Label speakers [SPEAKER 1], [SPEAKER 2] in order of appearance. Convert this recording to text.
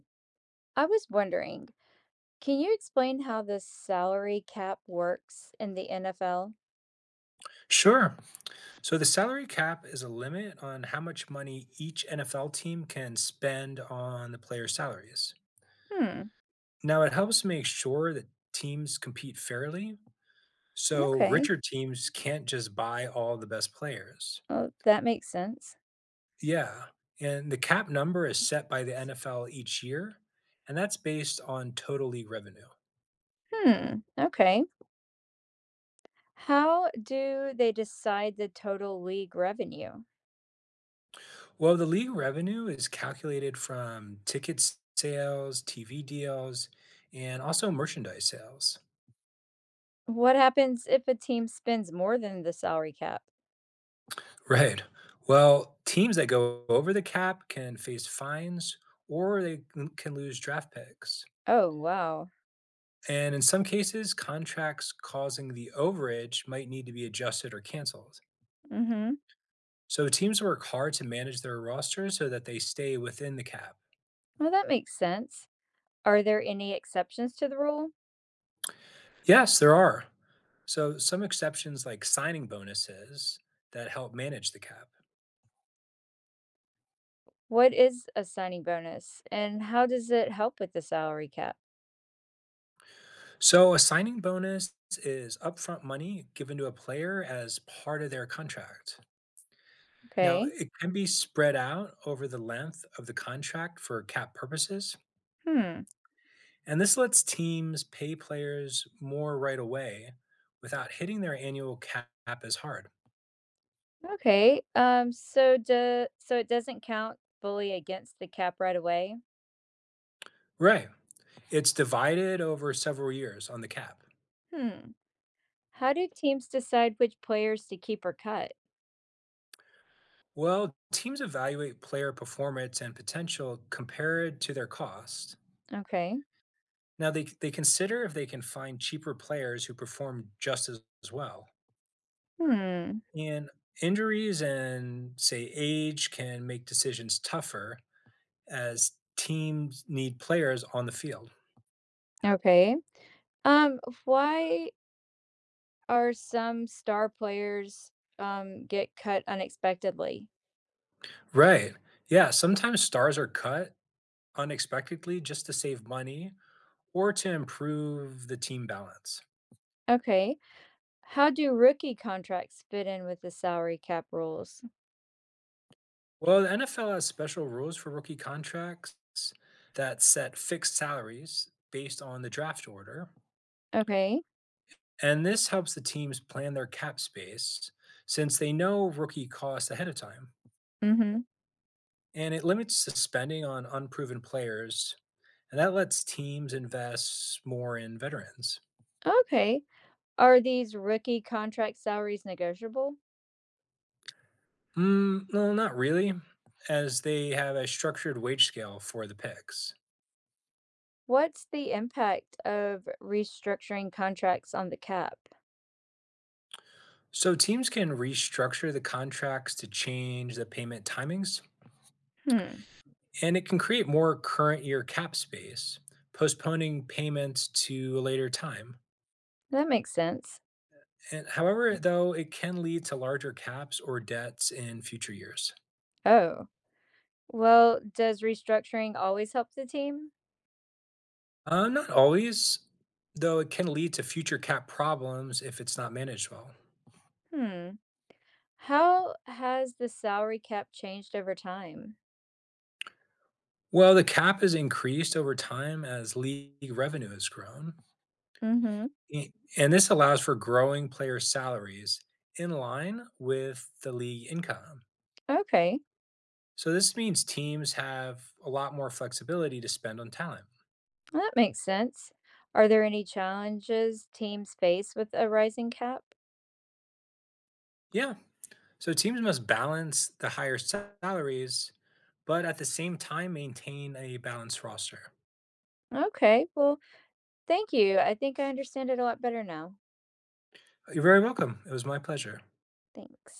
[SPEAKER 1] I was wondering, can you explain how the salary cap works in the NFL?
[SPEAKER 2] Sure. So the salary cap is a limit on how much money each NFL team can spend on the players' salaries.
[SPEAKER 1] Hmm,
[SPEAKER 2] Now, it helps make sure that teams compete fairly. So
[SPEAKER 1] okay.
[SPEAKER 2] richer teams can't just buy all the best players.
[SPEAKER 1] Well, that makes sense.
[SPEAKER 2] Yeah. And the cap number is set by the NFL each year, and that's based on total league revenue.
[SPEAKER 1] Hmm, okay. How do they decide the total league revenue?
[SPEAKER 2] Well, the league revenue is calculated from sales, TV deals, and also merchandise sales.
[SPEAKER 1] What happens if a team spends more than the salary cap?
[SPEAKER 2] Right. Well, teams that go over the cap can face fines or they can lose draft picks.
[SPEAKER 1] Oh, wow.
[SPEAKER 2] And in some cases, contracts causing the overage might need to be adjusted or canceled.
[SPEAKER 1] Mm-hmm.
[SPEAKER 2] So teams work hard to manage their rosters so that they stay within the cap.
[SPEAKER 1] Well, that makes sense. Are there any exceptions to the rule?
[SPEAKER 2] Yes, there are. So some exceptions like signing bonuses that help manage the cap.
[SPEAKER 1] What is a signing bonus and how does it help with the salary cap?
[SPEAKER 2] So a signing bonus is upfront money given to a player as part of their contract. Now,
[SPEAKER 1] Okay.
[SPEAKER 2] it can be spread out over the length of the contract for cap purposes,
[SPEAKER 1] Hmm.
[SPEAKER 2] and this lets teams pay players more right away without hitting their annual cap as hard.
[SPEAKER 1] Okay. So it doesn't count fully against the cap right away.
[SPEAKER 2] Right. It's divided over several years on the cap.
[SPEAKER 1] Hmm. How do teams decide which players to keep or cut?
[SPEAKER 2] Well, teams evaluate player performance and potential compared to their cost.
[SPEAKER 1] Okay.
[SPEAKER 2] Now, they consider if they can find cheaper players who perform just as well.
[SPEAKER 1] Hmm.
[SPEAKER 2] And injuries and, say, age can make decisions tougher as teams need players on the field.
[SPEAKER 1] Okay. Why are some star players get cut unexpectedly?
[SPEAKER 2] Right. Yeah, sometimes stars are cut unexpectedly just to save money or to improve the team balance.
[SPEAKER 1] Okay. How do rookie contracts fit in with the salary cap rules?
[SPEAKER 2] Well, the NFL has special rules for rookie contracts that set fixed salaries based on the draft order.
[SPEAKER 1] Okay.
[SPEAKER 2] And this helps the teams plan their cap space since they know rookie costs ahead of time.
[SPEAKER 1] Mm-hmm.
[SPEAKER 2] And it limits the spending on unproven players, and that lets teams invest more in veterans.
[SPEAKER 1] Okay. Are these rookie contract salaries negotiable?
[SPEAKER 2] No, not really, as they have a structured wage scale for the picks.
[SPEAKER 1] What's the impact of restructuring contracts on the cap?
[SPEAKER 2] So teams can restructure the contracts to change the payment timings,
[SPEAKER 1] Hmm,
[SPEAKER 2] and it can create more current year cap space, postponing payments to a later time.
[SPEAKER 1] that makes sense.
[SPEAKER 2] And however, though, it can lead to larger caps or debts in future years.
[SPEAKER 1] Oh, well, does restructuring always help the team?
[SPEAKER 2] Not always, though, it can lead to future cap problems if it's not managed well.
[SPEAKER 1] Hmm. How has the salary cap changed over time?
[SPEAKER 2] Well, the cap is increased over time as league revenue has grown,
[SPEAKER 1] Mm-hmm.
[SPEAKER 2] A and this allows for growing player salaries in line with the league income.
[SPEAKER 1] Okay,
[SPEAKER 2] So this means teams have a lot more flexibility to spend on talent.
[SPEAKER 1] well, that makes sense. Are there any challenges teams face with a rising cap?
[SPEAKER 2] Yeah. So teams must balance the salaries, but at the same time maintain a balanced roster.
[SPEAKER 1] Okay, well, thank you. I think I understand it a lot better now.
[SPEAKER 2] You're very welcome. It was my pleasure.
[SPEAKER 1] Thanks.